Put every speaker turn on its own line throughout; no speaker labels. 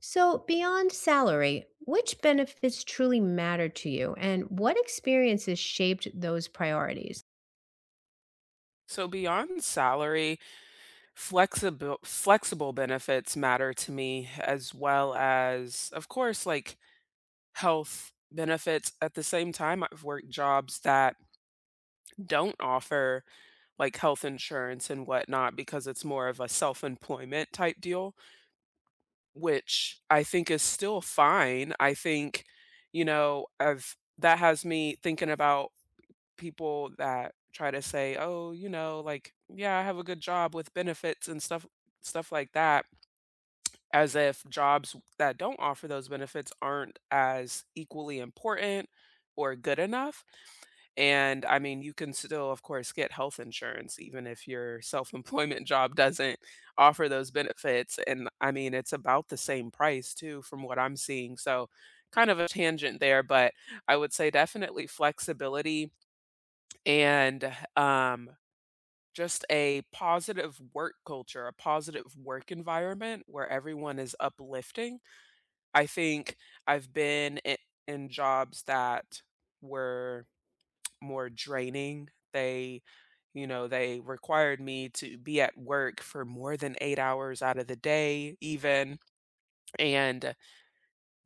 So, beyond salary, which benefits truly matter to you and what experiences shaped those priorities?
So beyond salary, flexible benefits matter to me, as well as, of course, like health benefits. At the same time, I've worked jobs that don't offer like health insurance and whatnot because it's more of a self-employment type deal, which I think is still fine. I think, I've that has me thinking about people that try to say, "Oh, you know, like, yeah, I have a good job with benefits and stuff like that," as if jobs that don't offer those benefits aren't as equally important or good enough. And I mean, you can still, of course, get health insurance even if your self-employment job doesn't offer those benefits. And I mean, it's about the same price too, from what I'm seeing. So, kind of a tangent there, but I would say definitely flexibility and just a positive work culture, a positive work environment where everyone is uplifting. I think I've been in jobs that were more draining. They, you know, they required me to be at work for more than 8 hours out of the day, even. And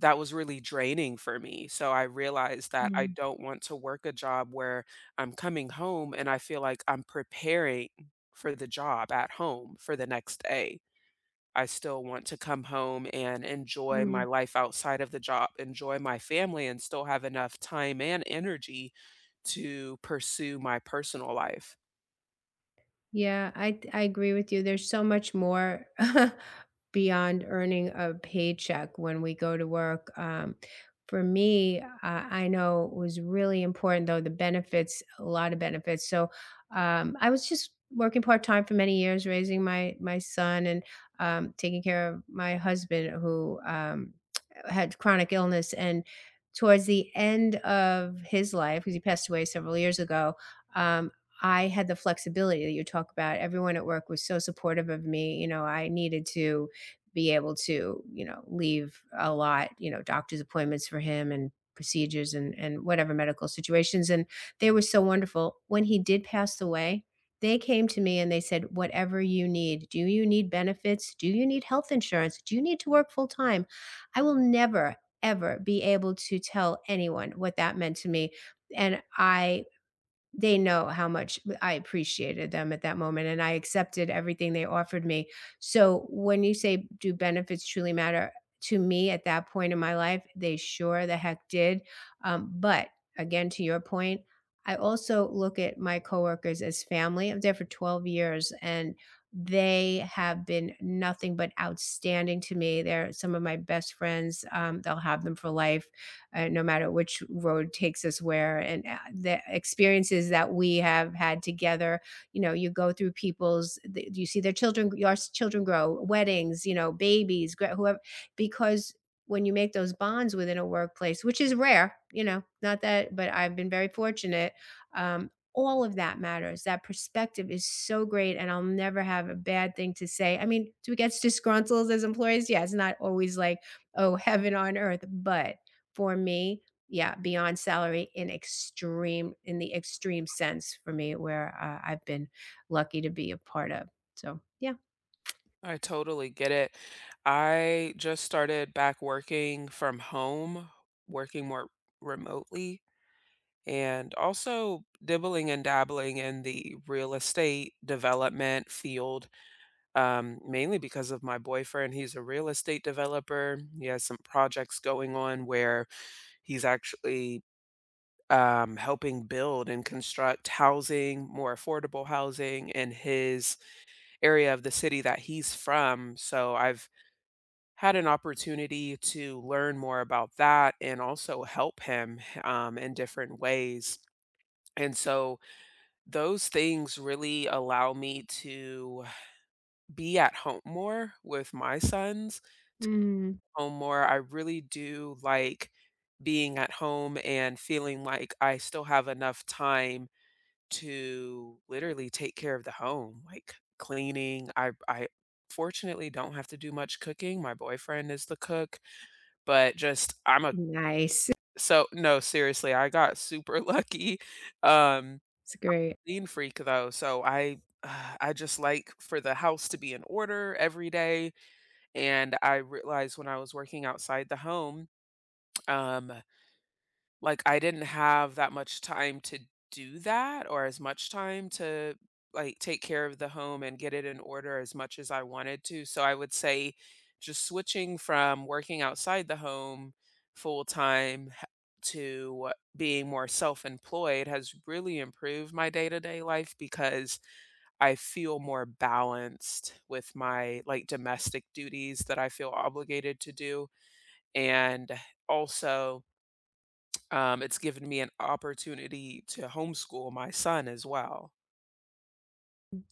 that was really draining for me, so I realized that I
Mm,
don't want to work a job where I'm coming home and I feel like I'm preparing for the job at home for the next day. I still want to come home and enjoy my
mm.
life outside of the job, enjoy my family, and still have enough time and energy to pursue my personal life.
Yeah, I agree with you. There's so much more beyond earning a paycheck when we go to work. For me, I know it was really important though the benefits, a lot of benefits. So, I was just working part time for many years, raising my son and taking care of my husband who had chronic illness. And towards the end of his life, because he passed away several years ago. Um, I had the flexibility that you talk about. Everyone at work was so supportive of me. I needed to be able to leave a lot, doctor's appointments for him and procedures and whatever medical situations and they were so wonderful. When he did pass away, they came to me and they said, "Whatever you need. Do you need benefits? Do you need health insurance? Do you need to work full time?" I will never ever be able to tell anyone what that meant to me and I they know how much I appreciated them at that moment and I accepted everything they offered me. So when you say, do benefits truly matter? To me, at that point in my life, they sure the heck did. But again, to your point, I also look at my coworkers as family. I'm there for 12 years and they have been nothing but outstanding to me. They're some of my best friends. They'll have them for life, no matter which road takes us where. And, the experiences that we have had together, you go through you see their children, your children grow, weddings, babies, whoever, because when you make those bonds within a workplace, which is rare, not that, but I've been very fortunate. All of that matters. That perspective is so great, and I'll never have a bad thing to say. I mean, do we get disgruntled as employees? Yeah, it's not always like, oh, heaven on earth, but for me, yeah, beyond salary in the extreme sense for me where, I've been lucky to be a part of. So, yeah.
I totally get it. I just started back working from home, working more remotely, and also dibbling and dabbling in the real estate development field, mainly because of my boyfriend. He's a real estate developer. He has some projects going on where he's actually helping build and construct housing, more affordable housing in his area of the city that he's from. So I've had an opportunity to learn more about that and also help him, in different ways. And so those things really allow me to be at home more with my sons,
Mm.
home more. I really do like being at home and feeling like I still have enough time to literally take care of the home, like cleaning. I fortunately don't have to do much cooking. My boyfriend is the cook, but just I'm a
Nice.
so no, seriously, I got super lucky. Um
It's great.
Clean freak though, so I I just like for the house to be in order every day, and I realized when I was working outside the home, um, like I didn't have that much time to do that, or as much time to like take care of the home and get it in order as much as I wanted to. So I would say just switching from working outside the home full time to being more self-employed has really improved my day-to-day life because I feel more balanced with my, like, domestic duties that I feel obligated to do, and also, it's given me an opportunity to homeschool my son as well.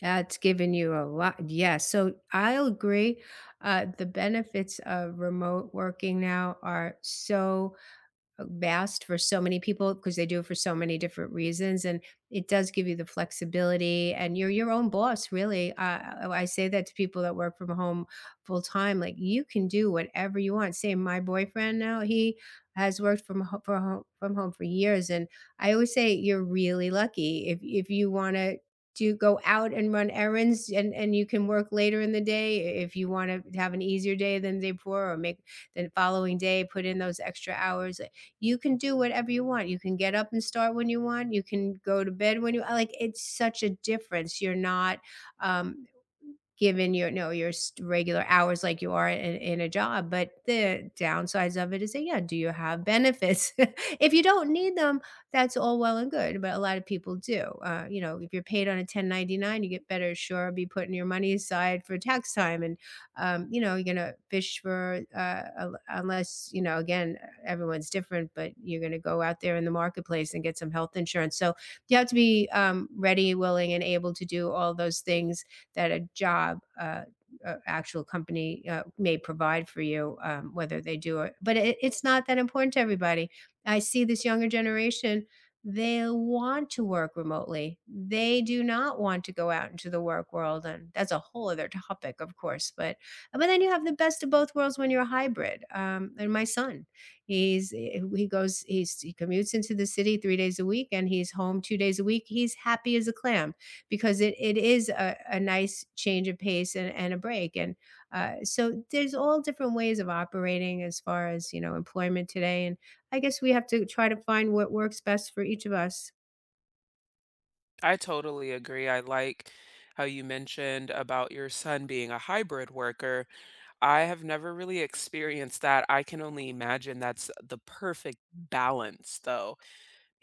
That's given you a lot, yeah. So I'll agree, the benefits of remote working now are so, vast for so many people because they do it for so many different reasons and it does give you the flexibility and you're your own boss really. Uh, I say that to people that work from home full time. Like, you can do whatever you want. Say, my boyfriend now, he has worked for home, from home for years and I always say you're really lucky if you want to do go out and run errands and you can work later in the day if you want to have an easier day than the day before or make the following day put in those extra hours. You can do whatever you want. You can get up and start when you want. You can go to bed when you like. It's such a difference. You're not um, given your no, your s regular hours like you are in a job, but the downsides of it is that, yeah, do you have benefits? If you don't need them, that's all well and good, but a lot of people do. If you're paid on a 1099, you get better sure be putting your money aside for tax time and, you know, you're gonna fish for, un unless, you know, again, everyone's different, but you're gonna go out there in the marketplace and get some health insurance, so you have to be, ready, willing, and able to do all those things that a job, actual company, may provide for you, whether they do it. But it's not that important to everybody. I see this younger generation, they want to work remotely. They do not want to go out into the work world. And that's a whole other topic, of course. But then you have the best of both worlds when you're a hybrid. And my son, he's eh, he goes he's he commutes into the city 3 days a week and he's home 2 days a week. He's happy as a clam because it is a nice change of pace and a break. And, so there's all different ways of operating as far as, employment today. And I guess we have to try to find what works best for each of us.
I totally agree, I like how you mentioned about your son being a hybrid worker. I have never really experienced that. I can only imagine that's the perfect balance, though,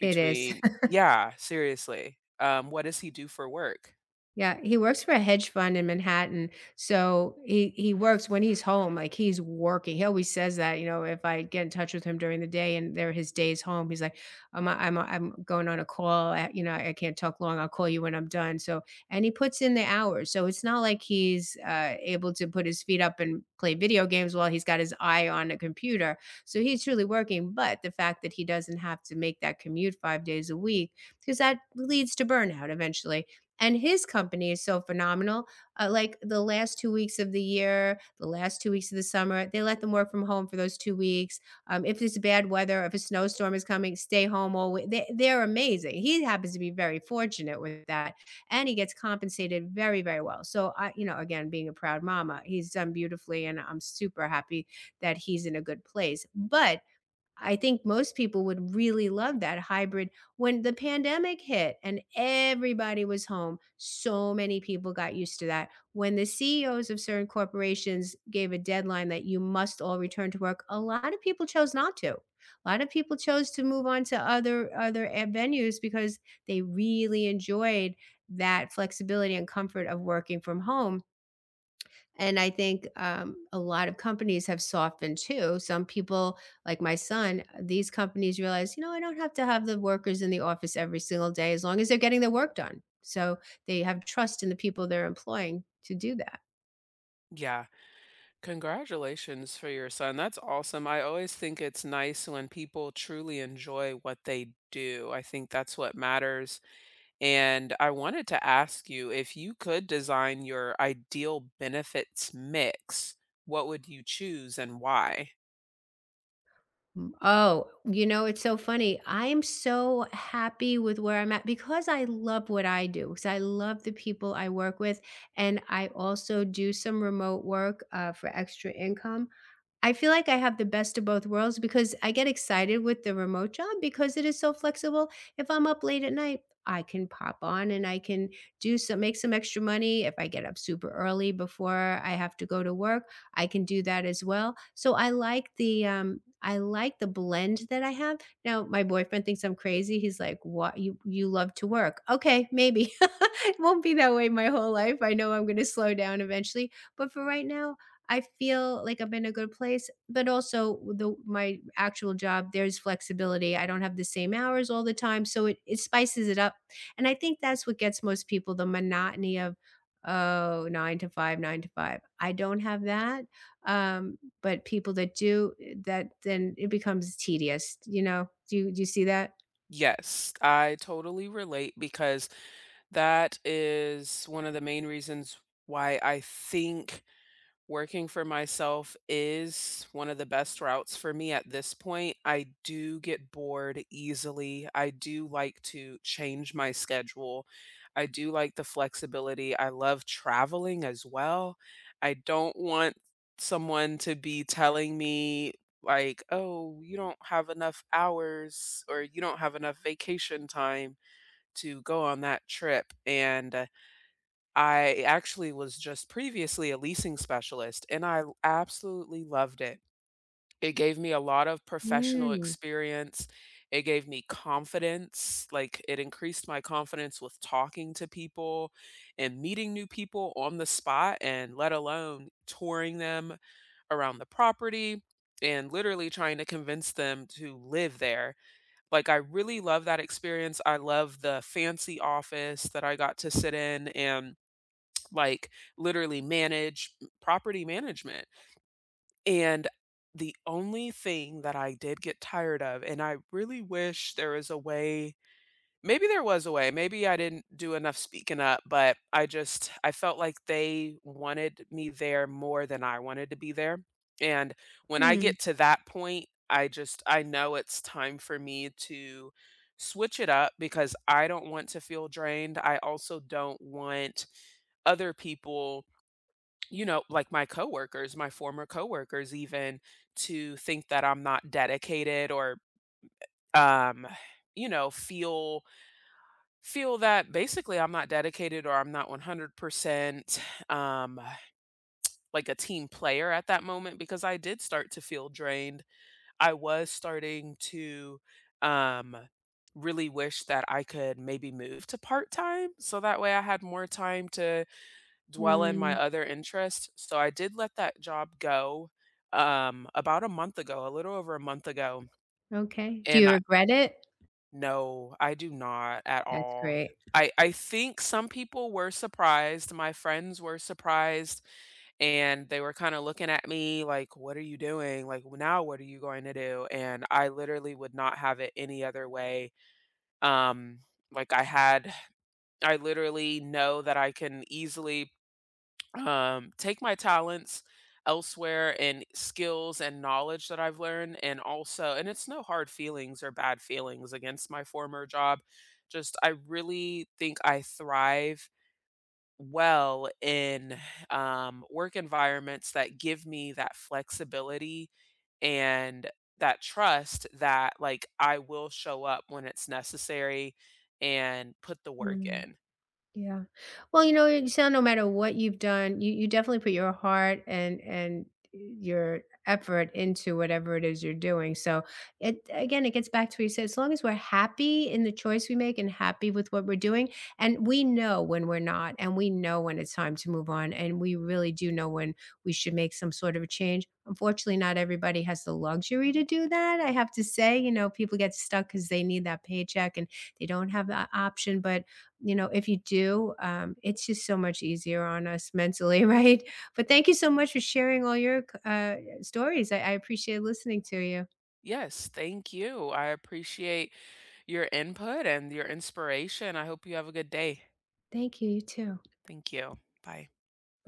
It is.
yeah, seriously. What does he do for work?
Yeah, he works for a hedge fund in Manhattan, so he works when he's home, like, he's working. He always says that, if I get in touch with him during the day and they're his days home, he's like, "I'm going on a call, I can't talk long, I'll call you when I'm done," so and he puts in the hours, so it's not like he's, able to put his feet up and play video games while he's got his eye on a computer, so he's truly working, but the fact that he doesn't have to make that commute 5 days a week because that leads to burnout eventually and his company is so phenomenal. Like the last 2 weeks of the year, the last 2 weeks of the summer, they let them work from home for those 2 weeks. If it's bad weather, if a snowstorm is coming, stay home all week. They're amazing. He happens to be very fortunate with that, and he gets compensated very, very well. So I, again, being a proud mama, he's done beautifully, and I'm super happy that he's in a good place. But I think most people would really love that hybrid. When the pandemic hit and everybody was home, so many people got used to that. When the CEOs of certain corporations gave a deadline that you must all return to work, a lot of people chose not to. A lot of people chose to move on to other venues because they really enjoyed that flexibility and comfort of working from home. And I think a lot of companies have softened too. Some people, like my son, these companies realize, you know, I don't have to have the workers in the office every single day as long as they're getting their work done. So they have trust in the people they're employing to do that.
Yeah. Congratulations for your son. That's awesome. I always think it's nice when people truly enjoy what they do. I think that's what matters. And I wanted to ask you, if you could design your ideal benefits mix, what would you choose and why?
Mm. Oh, it's so funny. I am so happy with where I'm at because I love what I do, because I love the people I work with. And I also do some remote work, for extra income. I feel like I have the best of both worlds because I get excited with the remote job because it is so flexible. If I'm up late at night, I can pop on and I can do some make some extra money. If I get up super early before I have to go to work, I can do that as well. So I like the blend that I have. Now my boyfriend thinks I'm crazy. He's like, "What you love to work?" Okay, maybe. It won't be that way my whole life. I know I'm going to slow down eventually, but for right now, I feel like I'm in a good place, but also the my actual job, there's flexibility. I don't have the same hours all the time, so it spices it up. And I think that's what gets most people, the monotony of, oh 9 to 5, 9 to 5." I don't have that. But people that do, eh, that then it becomes tedious, you know? Do you see that?
Yes, I totally relate because that is one of the main reasons why I think working for myself is one of the best routes for me at this point. I do get bored easily. I do like to change my schedule. I do like the flexibility. I love traveling as well. I don't want someone to be telling me, like, oh, you don't have enough hours or you don't have enough vacation time to go on that trip. And I actually was just previously a leasing specialist, and I absolutely loved it. It gave me a lot of professional
Mm.
experience. It gave me confidence. Like, it increased my confidence with talking to people and meeting new people on the spot, and let alone touring them around the property and literally trying to convince them to live there. Like, I really love that experience. I love the fancy office that I got to sit in and like literally manage property management. And the only thing that I did get tired of, and I really wish there was a way, maybe there was a way, maybe I didn't do enough speaking up, but I just, I felt like they wanted me there more than I wanted to be there. And when I
Hmm.
get to that point, I just, I know it's time for me to switch it up because I don't want to feel drained. I also don't want other people, you know, like my coworkers, my former coworkers even, to think that I'm not dedicated or, um, you know, feel that basically I'm not dedicated or I'm not 100% um like a team player at that moment because I did start to feel drained. I was starting to um really wish that I could maybe move to part-time so that way I had more time to dwell in my
Mm.
other interest. So I did let that job go, about a month ago, a little over a month ago.
Okay. Do
And
you
I
regret it?
no, I do not at
That's
all.
great.
I think some people were surprised. My friends were surprised and they were kind of looking at me like, "What are you doing? Like, w now what are you going to do?" And I literally would not have it any other way. Um, like I had I literally know that I can easily take my talents elsewhere, and skills and knowledge that I've learned. And also, and it's no hard feelings or bad feelings against my former job. Just, I really think I thrive well in work environments that give me that flexibility and that trust that, like, I will show up when it's necessary and put the work
Mm.
in.
Yeah. Well, you know, you sound no matter what you've done, you definitely put your heart and your effort into whatever it is you're doing. So it again, it gets back to what you said. As long as we're happy in the choice we make and happy with what we're doing, and we know when we're not, and we know when it's time to move on, and we really do know when we should make some sort of a change. Unfortunately, not everybody has the luxury to do that. I have to say, people get stuck because they need that paycheck and they don't have that option. But if you do, it's just so much easier on us mentally, right? But thank you so much for sharing all your, stories. I appreciate listening to you.
Yes, thank you. I appreciate your input and your inspiration. I hope you have a good day.
Thank you. You too.
Thank you. Bye.